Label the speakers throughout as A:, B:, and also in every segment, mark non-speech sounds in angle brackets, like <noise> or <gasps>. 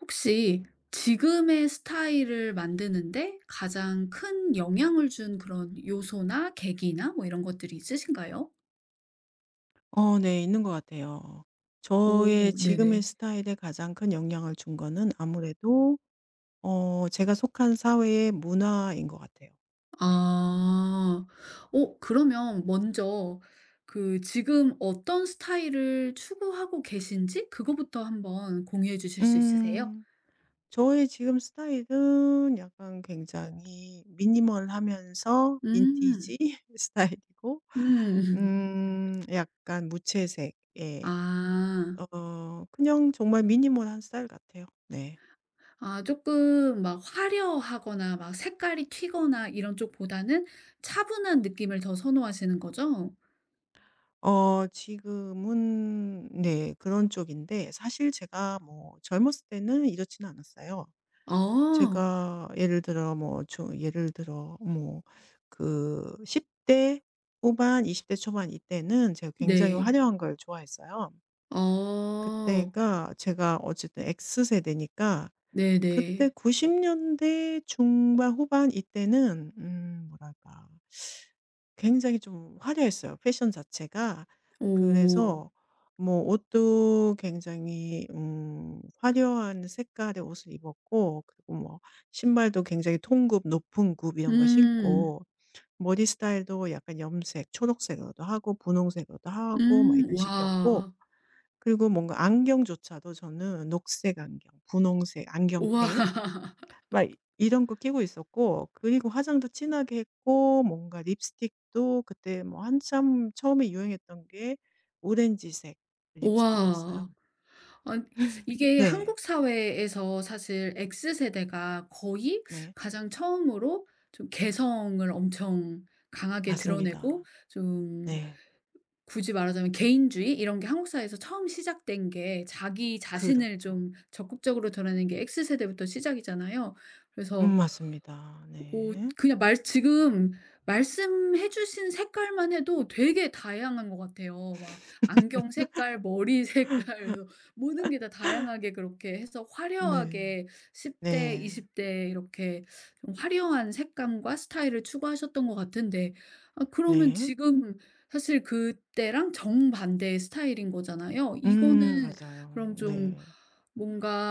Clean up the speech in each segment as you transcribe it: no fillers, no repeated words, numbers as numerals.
A: 혹시 지금의 스타일을 만드는데 가장 큰 영향을 준 그런 요소나 계기나 뭐 이런 것들이 있으신가요?
B: 네. 있는 것 같아요. 저의
A: 오,
B: 지금의
A: 네네.
B: 스타일에 가장 큰 영향을 준 거는 아무래도 제가 속한 사회의 문화인 것 같아요. 네.
A: 아. 어 그러면 먼저 그 지금 어떤 스타일을 추구하고 계신지 그거부터 한번 공유해 주실 수 있으세요?
B: 음. 저의 지금 스타일은 약간 굉장히 미니멀하면서 빈티지
A: 음.
B: <laughs> 스타일이고
A: 음. <laughs>
B: 약간 무채색 예.
A: 아.
B: 그냥 정말 미니멀한 스타일 같아요. 네.
A: 아 조금 막 화려하거나 막 색깔이 튀거나 이런 쪽보다는 차분한 느낌을 더 선호하시는 거죠?
B: 지금은 네, 그런 쪽인데 사실 제가 뭐 젊었을 때는 이렇지는 않았어요.
A: 아
B: 제가 예를 들어 뭐 저 예를 들어 뭐 그 10대 후반 20대 초반 이때는 제가 굉장히
A: 네.
B: 화려한 걸 좋아했어요.
A: 아
B: 그때가 제가 어쨌든 X세대니까
A: 네네.
B: 그때 90년대 년대 중반 후반 이때는 뭐랄까 굉장히 좀 화려했어요, 패션 자체가.
A: 오.
B: 그래서 뭐 옷도 굉장히 화려한 색깔의 옷을 입었고 그리고 뭐 신발도 굉장히 통굽, 높은 굽 이런 걸
A: 음.
B: 신고 머리 스타일도 약간 염색, 초록색으로도 하고 분홍색으로도 하고 막
A: 음.
B: 이런 식이었고
A: 와.
B: 그리고 뭔가 안경조차도 저는 녹색 안경, 분홍색
A: 와. <laughs>
B: 안경테 막 이런 거 끼고 있었고 그리고 화장도 진하게 했고 뭔가 립스틱도 그때 뭐 한참 처음에 유행했던 게 오렌지색
A: 와.
B: 립스틱이었어요.
A: 아
B: <laughs>
A: 이게
B: 네.
A: 한국 사회에서 사실 X 세대가 거의
B: 네.
A: 가장 처음으로 좀 개성을 엄청 강하게 드러내고,
B: 맞습니다.
A: 좀
B: 네.
A: 굳이 말하자면 개인주의 이런 게 한국 사회에서 처음 시작된 게, 자기 자신을
B: 그렇죠.
A: 좀 적극적으로 드러내는 게 X세대부터 시작이잖아요. 그래서
B: 맞습니다.
A: 오,
B: 네.
A: 그냥 말 지금 말씀해 주신 색깔만 해도 되게 다양한 것 같아요. 막 안경 색깔, 머리 <laughs> 색깔. 그래서 모든 게 다 다양하게 그렇게 해서
B: 네.
A: 화려하게 10 대,
B: 네.
A: 20대 이렇게 좀 화려한 색감과 스타일을 추구하셨던 것 같은데, 아 그러면
B: 네.
A: 지금 사실 그때랑 정반대의 스타일인 거잖아요, 이거는. 그럼
B: 맞아요.
A: 좀
B: 네.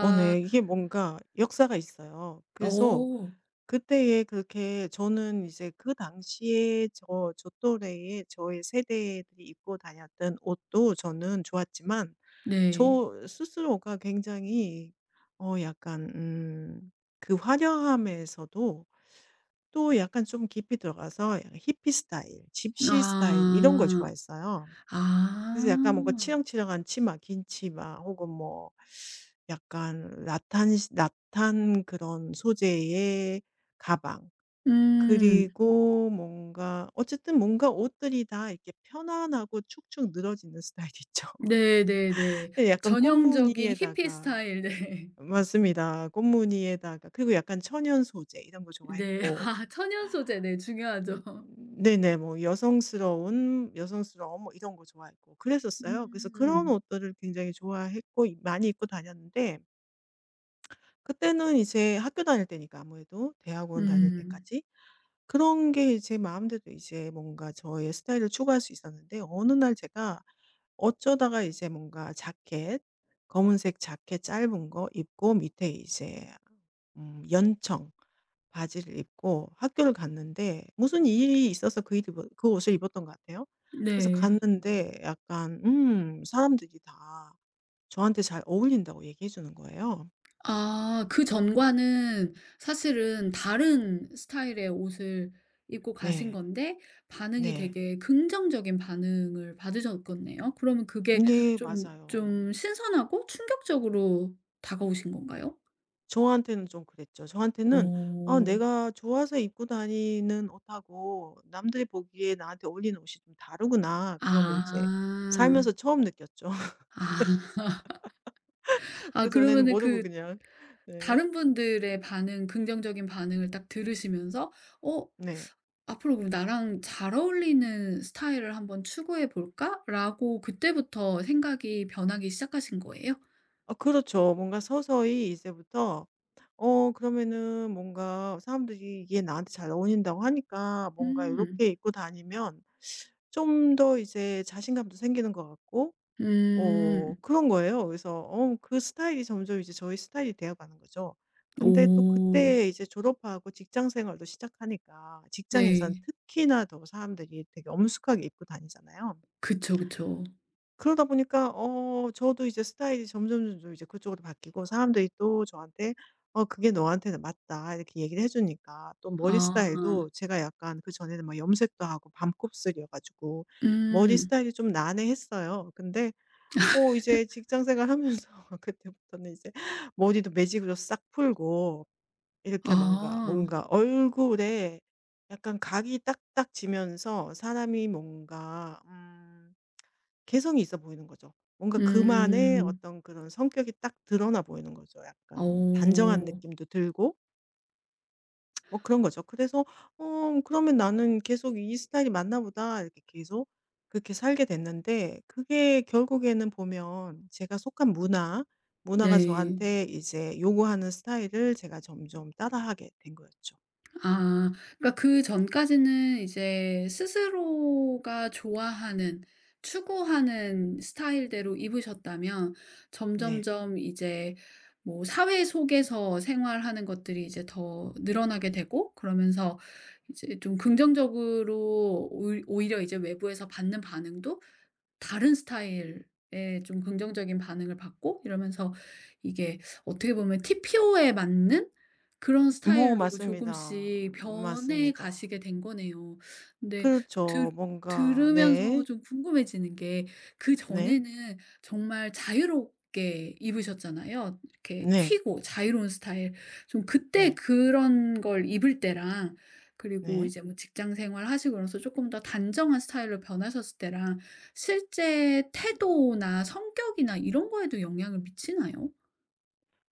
B: 네. 이게 뭔가 역사가 있어요. 그래서
A: 어
B: 그때에 그렇게 저는 이제 그 당시에 저 또래의 저의 세대들이 입고 다녔던 옷도 저는 좋았지만
A: 네.
B: 저 스스로가 굉장히 어 약간 그 화려함에서도 또 약간 좀 깊이 들어가서 약간 히피 스타일, 집시 스타일 이런 걸
A: 아.
B: 좋아했어요. 그래서 약간 뭔가
A: 아.
B: 치렁치렁한 치마, 긴 치마 혹은 뭐 약간 라탄 그런 소재의 가방
A: 음.
B: 그리고 뭔가 어쨌든 뭔가 옷들이 다 이렇게 편안하고 축축 늘어지는 스타일 있죠. <laughs>
A: 네네네.
B: 예, 약간
A: 전형적인 히피
B: 꽃무늬에다가
A: 스타일 네.
B: 맞습니다. 꽃무늬에다가 그리고 약간 천연 소재 이런 거
A: 네. <laughs>
B: 좋아했고
A: 아 천연 소재 네 중요하죠.
B: 네네. 뭐 여성스러운 여성스러운 뭐 이런 거 좋아했고 그랬었어요. 그래서 그런
A: 음.
B: 옷들을 굉장히 좋아했고 많이 입고 다녔는데 그때는 이제 학교 다닐 때니까 아무래도 대학원 다닐
A: 음.
B: 때까지 그런 게 제 마음대로 이제 뭔가 저의 스타일을 추구할 수 있었는데 어느 날 제가 어쩌다가 이제 뭔가 자켓 검은색 자켓 짧은 거 입고 밑에 이제 연청 바지를 입고 학교를 갔는데 무슨 일이 있어서 그, 일을, 입 그 옷을 입었던 것 같아요. 그래서
A: 네.
B: 갔는데 약간 사람들이 다 저한테 잘 어울린다고 얘기해 주는 거예요.
A: 아 그전과는 사실은 다른 스타일의 옷을 입고 가신
B: 네,
A: 건데 반응이
B: 네.
A: 되게 긍정적인 반응을 받으셨겠네요. 그러면 그게
B: 네,
A: 좀
B: 맞아요.
A: 좀 신선하고 충격적으로 다가오신 건가요?
B: 저한테는 좀 그랬죠. 저한테는 아,
A: 어.
B: 내가 좋아서 입고 다니는 옷하고 남들이 보기에 나한테 어울리는 옷이 좀 다르구나. 그거를 이제
A: 아.
B: 살면서 처음 느꼈죠.
A: 아.
B: <laughs>
A: 아
B: 그전에는
A: 그러면은
B: 모르고
A: 그
B: 그냥 네.
A: 다른 분들의 반응, 긍정적인 반응을 딱 들으시면서 "어,
B: 네.
A: 앞으로 그럼 나랑 잘 어울리는 스타일을 한번 추구해 볼까?"라고 그때부터 생각이 변하기 시작하신 거예요?
B: 아, 그렇죠. 뭔가 서서히 이제부터 그러면은 뭔가 사람들이 이게 나한테 잘 어울린다고 하니까 뭔가 이렇
A: 음.
B: 게 입고 다니면 좀 더 이제 자신감도 생기는 것 같고
A: 음.
B: 그런 거예요. 그래서 그 스타일이 점점 이제 저의 스타일이 되어 가는 거죠. 근데 또
A: 오.
B: 그때 이제 졸업하고 직장 생활도 시작하니까 직장에선
A: 네.
B: 특히나 더 사람들이 되게 엄숙하게 입고 다니잖아요.
A: 그쵸, 그쵸.
B: 그러다 보니까 저도 이제 스타일이 점점점점 이제 그쪽으로 바뀌고 사람들이 또 저한테 "어, 그게 너한테는 맞다." 이렇게 얘기를 해 주니까 또 머리
A: 아.
B: 스타일도 제가 약간 그전에는 막 염색도 하고 밤곱슬이어 가지고 머리
A: 음.
B: 스타일이 좀 난해했어요. 근데 이제 직장 생활하면서 <laughs> 그때부터는 이제 머리도 매직으로 싹 풀고 이렇게
A: 아.
B: 뭔가 얼굴에 약간 각이 딱딱 지면서 사람이 뭔가 개성이 있어 보이는 거죠. 뭔가 그만의
A: 음.
B: 어떤 그런 성격이 딱 드러나 보이는 거죠. 약간 단정한
A: 어.
B: 느낌도 들고 뭐 그런 거죠. 그래서 '어, 그러면 나는 계속 이 스타일이 맞나 보다.' 이렇게 계속 그렇게 살게 됐는데 그게 결국에는 보면 제가 속한 문화, 문화가
A: 네.
B: 저한테 이제 요구하는 스타일을 제가 점점 따라하게 된 거였죠. 네.
A: 아. 그러니까 그전까지는 이제 스스로가 좋아하는, 추구하는 스타일대로 입으셨다면
B: 네.
A: 점점점 이제 뭐 사회 속에서 생활하는 것들이 이제 더 늘어나게 되고, 그러면서 이제 좀 긍정적으로 오히려 이제 외부에서 받는 반응도, 다른 스타일의 좀 긍정적인 반응을 받고 이러면서 이게 어떻게 보면 TPO에 맞는 그런
B: 뭐
A: 스타일로
B: 맞습니다.
A: 조금씩 변해
B: 맞습니다.
A: 가시게 된 거네요. 근데 좀
B: 그렇죠.
A: 들
B: 뭔가
A: 들으면서
B: 네.
A: 좀 궁금해지는 게
B: 네.
A: 그전에는 정말 자유롭게 입으셨잖아요. 이렇게
B: 네.
A: 튀고 자유로운 스타일. 좀 그때
B: 네.
A: 그런 걸 입을 때랑 그리고
B: 네.
A: 이제 뭐 직장 생활하시고 나서 조금 더 단정한 스타일로 변하셨을 때랑 실제 태도나 성격이나 이런 거에도 영향을 미치나요?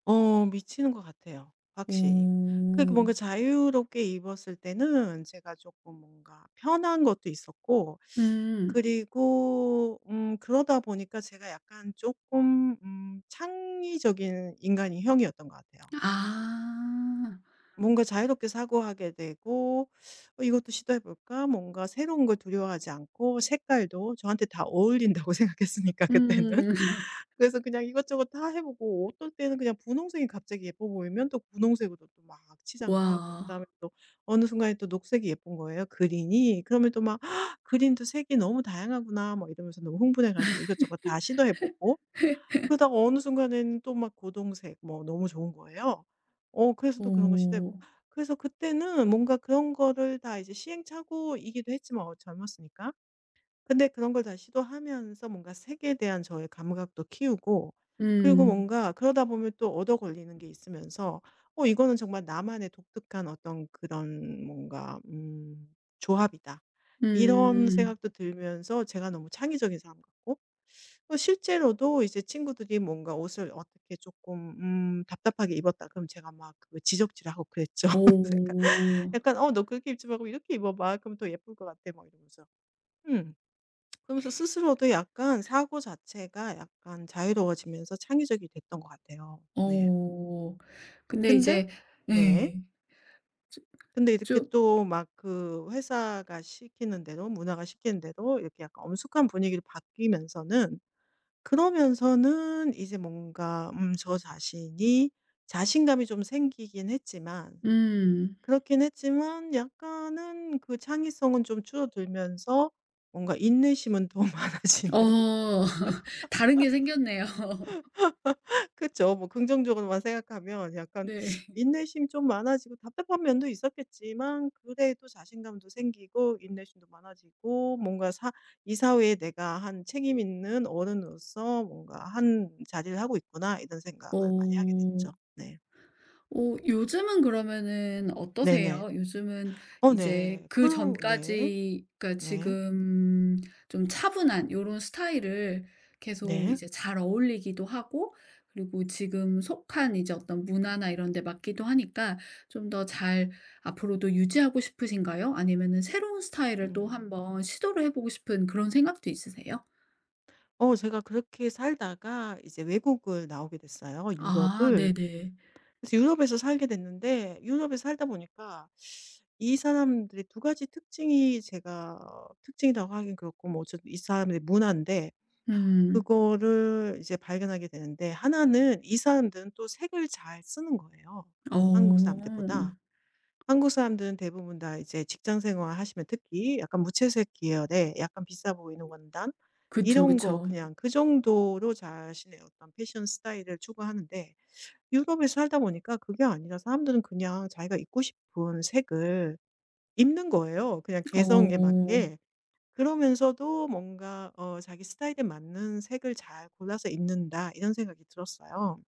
B: 미치는 것 같아요, 확실히. 그러니까
A: 오...
B: 뭔가 자유롭게 입었을 때는 제가 조금 뭔가 편한 것도 있었고
A: 음.
B: 그리고 그러다 보니까 제가 약간 조금 창의적인 인간이 형이었던 것 같아요.
A: 아.
B: 뭔가 자유롭게 사고하게 되고 '어, 이것도 시도해 볼까?' 뭔가 새로운 걸 두려워하지 않고 색깔도 저한테 다 어울린다고 <laughs> 생각했으니까 그때는.
A: 음. <laughs>
B: <laughs> 그래서 그냥 이것저것 다 해 보고 어떨 때는 그냥 분홍색이 갑자기 예뻐 보이면 또 분홍색으로 또 막 치장을 하고
A: 와.
B: 그다음에 또 어느 순간에 또 녹색이 예쁜 거예요, 그린이. 그러면 또 막 <gasps> '그린도 색이 너무 다양하구나.' 뭐 이러면서 너무 흥분해 가지고 이것저것 다 시도해 보고 그러다가 어느 순간에는 또 막 고동색 뭐 너무 좋은 거예요. 그래서 또 그런 거 시도해 보고.
A: 어.
B: 그래서 그때는 뭔가 그런 거를 다 이제 시행착오이기도 했지만 어, 젊었으니까. 근데 그런 걸 다 시도하면서 뭔가 색에 대한 저의 감각도 키우고 그리고
A: 음.
B: 뭔가 그러다 보면 또 얻어 걸리는 게 있으면서 어, 이거는 정말 나만의 독특한 어떤 그런 뭔가 '조합이다.' 이런
A: 음.
B: 생각도 들면서 제가 너무 창의적인 사람 같고 또 실제로도 이제 친구들이 뭔가 옷을 어떻게 조금 답답하게 입었다 그럼 제가 막 그 지적질하고 그랬죠. <laughs> 그래서 약간
A: 어.
B: 약간 "어, 너 그렇게 입지 말고 이렇게 입어 봐. 그럼 더 예쁠 것 같아." 막 이러면서. 음. 그러면서 스스로도 약간 사고 자체가 약간 자유로워지면서 창의적이 됐던 것 같아요. 네.
A: 어. 근데
B: 근데
A: 이제.
B: 네.
A: 예. 쭉.
B: 근데 이렇게
A: 쭉.
B: 또 막 그 회사가 시키는 대로 문화가 시키는 대로 이렇게 약간 엄숙한 분위기로 바뀌면서는 그러면서는 이제 뭔가 저 자신이 자신감이 좀 생기긴 했지만
A: 음.
B: 그렇긴 했지만 약간은 그 창의성은 좀 줄어들면서 뭔가 인내심은 더 <laughs> 많아지는
A: 어. <laughs> 다른 게 생겼네요. <laughs>
B: 그쵸. 뭐 긍정적으로만 생각하면 약간
A: 네.
B: 인내심이 좀 많아지고 답답한 면도 있었겠지만 그래도 자신감도 생기고 인내심도 많아지고 이 사회에 내가 한 책임 있는 어른으로서 뭔가 한 자리를 하고 있구나 이런 생각을 많이 하게
A: 어.
B: 됐죠. 네.
A: 오, 요즘은 그러면은
B: 네네.
A: 어떠세요? 요즘은
B: 어,
A: 이제
B: 네.
A: 그
B: 그, 네.
A: 전까지, 그러니까
B: 네.
A: 지금 좀 차분한 요런 스타일을 계속
B: 네.
A: 이제 잘 어울리기도 하고, 그리고 지금 속한 이제 어떤 문화나 이런 데 맞기도 하니까 좀 더 잘 앞으로도 유지하고 싶으신가요? 아니면은 새로운 스타일을 또
B: 음.
A: 한번 시도를 해보고 싶은 그런 생각도 있으세요?
B: 어, 제가 그렇게 살다가 이제 외국을 나오게 됐어요.
A: 아,
B: 유럽을.
A: 네네.
B: 그래서 유럽에서 살게 됐는데 유럽에 서 살다 보니까 이 사람들의 두 가지 특징이 제가 특징이라고 하긴 그렇고 뭐 어쨌든 이 사람들의 문화인데
A: 음,
B: 그거를 이제 발견하게 되는데 하나는 이 사람들은 또 색을 잘 쓰는 거예요, 한국
A: 어,
B: 사람들보다. 한국 사람들은 대부분 다 이제 직장 생활하시면 특히 약간 무채색 계열에 약간 비싸 보이는 원단
A: 그쵸,
B: 이런 거
A: 그쵸.
B: 그냥 그 정도로 자신의 어떤 패션 스타일을 추구하는데 유럽에 서 살다 보니까 그게 아니라 사람들은 그냥 자기가 입고 싶은 색을 입는 거예요, 그냥 개성에
A: 어.
B: 맞게. 그러면서도 뭔가 '자기 스타일에 맞는 색을 잘 골라서 입는다.' 이런 생각이 들었어요.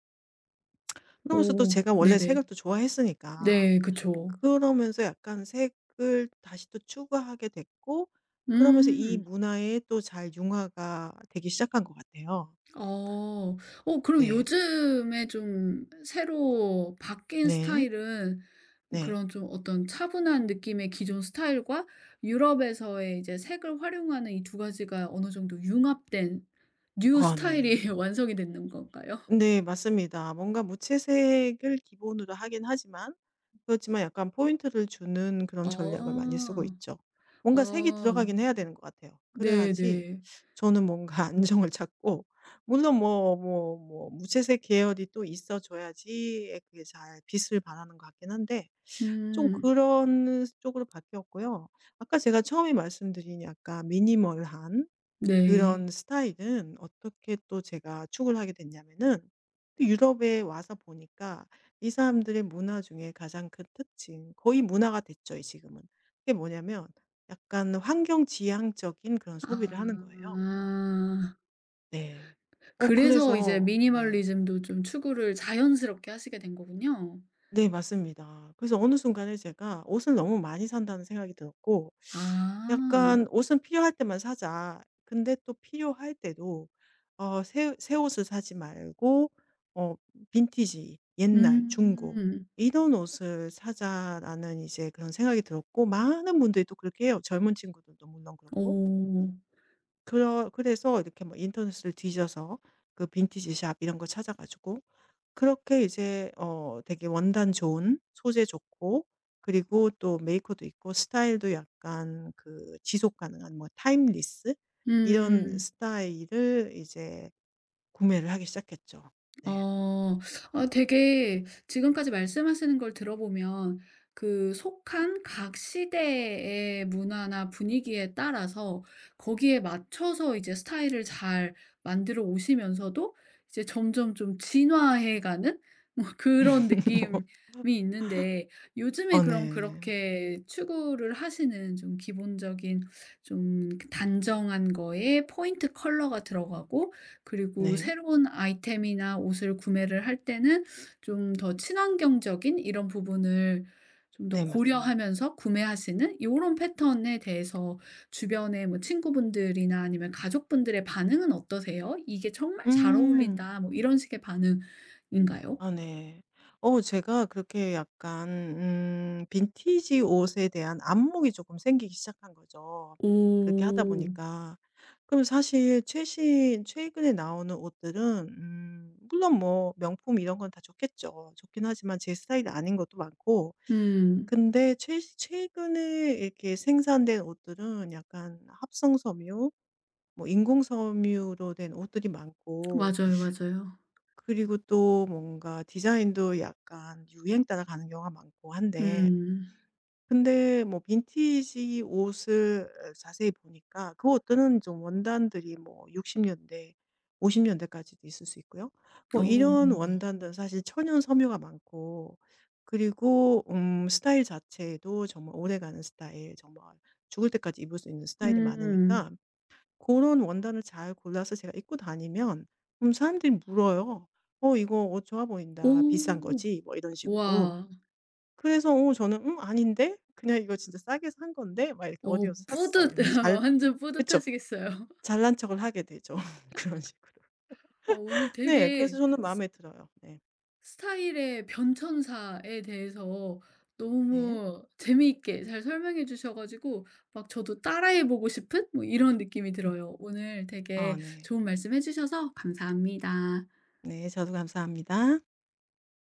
B: 그러면서 또
A: 오.
B: 제가 원래
A: 네네.
B: 색을 또 좋아했으니까
A: 네 그쵸.
B: 그러면서 약간 색을 다시 또 추구하게 됐고 그러면서 이
A: 음.
B: 문화에 또 잘 융화가 되기 시작한 것 같아요.
A: 어. 어 그럼
B: 네.
A: 요즘에 좀 새로 바뀐
B: 네.
A: 스타일은
B: 네.
A: 그런 좀 어떤 차분한 느낌의 기존 스타일과 유럽에서의 이제 색을 활용하는 이 두 가지가 어느 정도 융합된 뉴
B: 아, 네.
A: 스타일이 <laughs> 완성이 되는 건가요?
B: 네, 맞습니다. 뭔가 무채색을 기본으로 하긴 하지만 그렇지만 약간 포인트를 주는 그런 전략을 많이 쓰고
A: 아.
B: 있죠. 뭔가 색이
A: 아.
B: 들어가긴 해야 되는 것 같아요. 그래야지
A: 네네.
B: 저는 뭔가 <laughs> 안정을 찾고 물론 뭐 무채색 계열이 또 있어줘야지 그게 잘 빛을 발하는 것 같긴 한데 좀
A: 음.
B: 그런 쪽으로 바뀌었고요. 아까 제가 처음에 말씀드린 약간 미니멀한
A: 네.
B: 그런 스타일은 어떻게 또 제가 축을 하게 됐냐면은 또 유럽에 와서 보니까 이 사람들의 문화 중에 가장 큰 특징, 거의 문화가 됐죠, 이 지금은. 그게 뭐냐면 약간 환경 지향적인 그런 소비를 하는 거예요.
A: 아.
B: 네.
A: 그래서 이제
B: 그래서 네.
A: 미니멀리즘도 좀 추구를 자연스럽게 하시게 된 거군요.
B: 네, 맞습니다. 그래서 어느 순간에 제가 옷을 너무 많이 산다는 생각이 들었고
A: 아.
B: 약간 '옷은 필요할 때만 사자.' 근데 또 필요할 때도 새 옷을 사지 말고 어, 빈티지, 옛날, 중고
A: 음.
B: 이런 옷을 사자라는 이제 그런 생각이 들었고 많은 분들이 또 그렇게 해요. 젊은 친구들도 물론 그렇고.
A: 오~~
B: 그러 그래서 이렇게 뭐 인터넷을 뒤져서 그 빈티지 샵 이런 거 찾아 가지고 그렇게 이제 되게 원단 좋은 소재 좋고 그리고 또 메이커도 있고 스타일도 약간 그 지속 가능한 뭐 타임리스 이런
A: 음.
B: 스타일을 이제 구매를 하기 시작했죠. 네.
A: 어. 아 되게 지금까지 말씀하시는 걸 들어보면 그 속한 각 시대의 문화나 분위기에 따라서 거기에 맞춰서 이제 스타일을 잘 만들어 오시면서도 이제 점점 좀 진화해 가는 <laughs> 뭐 그런 느낌이
B: <laughs>
A: 있는데, 요즘에
B: 어,
A: 그럼
B: 네.
A: 그렇게 추구를 하시는 좀 기본적인 좀 그 단정한 거에 포인트 컬러가 들어가고, 그리고
B: 네.
A: 새로운 아이템이나 옷을 구매를 할 때는 좀 더 친환경적인 이런 부분을 좀 더
B: 네, 맞습니다.
A: 고려하면서 구매하시는 요런 패턴에 대해서 주변의 뭐 친구분들이나 아니면 가족분들의 반응은 어떠세요? "이게 정말 잘
B: 음.
A: 어울린다." 뭐 이런 식의 반응인가요?
B: 아, 네. 제가 그렇게 약간 빈티지 옷에 대한 안목이 조금 생기기 시작한 거죠, 그렇게 하다
A: 오.
B: 보니까. 그럼 사실 최신 최근에 나오는 옷들은 물론 뭐 명품 이런 건 다 좋겠죠. 좋긴 하지만 제 스타일이 아닌 것도 많고
A: 음.
B: 근데 최 최근에 이렇게 생산된 옷들은 약간 합성 섬유 뭐 인공 섬유로 된 옷들이 많고
A: 맞아요, 맞아요.
B: 그리고 또 뭔가 디자인도 약간 유행 따라가는 경우가 많고 한데
A: 음.
B: 근데 뭐 빈티지 옷을 자세히 보니까 그 옷들은 좀 원단들이 뭐 60년대, 50년대까지도 있을 수 있고요. 뭐
A: 어.
B: 이런 원단들은 사실 천연 섬유가 많고 그리고 스타일 자체도 정말 오래가는 스타일, 정말 죽을 때까지 입을 수 있는 스타일이
A: 음.
B: 많으니까 그런 원단을 잘 골라서 제가 입고 다니면 사람들이 물어요. "어, 이거 옷 좋아 보인다. 비싼
A: 오.
B: 거지?" 뭐 이런 식으로.
A: 와.
B: 그래서 어, 저는 "음, 아닌데? 그냥 이거 진짜 싸게 산 건데?" 막 이렇게 "어디
A: 어
B: 가서 샀어."
A: 뿌듯.
B: 이러면서
A: <laughs>
B: 잘
A: 완전
B: 그쵸.
A: 뿌듯하시겠어요.
B: 잘난 척을 하게 되죠. <laughs> 그런 식으로.
A: 아 오늘
B: 네. 그래서
A: 되게
B: 저는
A: 스
B: 마음에 들어요. 네.
A: 스타일의 변천사에 대해서
B: 네.
A: 너무 재미있게 잘 설명해 주셔 가지고 막 저도 따라해 보고 싶은 뭐 이런 느낌이
B: 음.
A: 들어요. 오늘 되게
B: 아, 네.
A: 좋은 말씀 해 주셔서 감사합니다.
B: 네. 저도 감사합니다.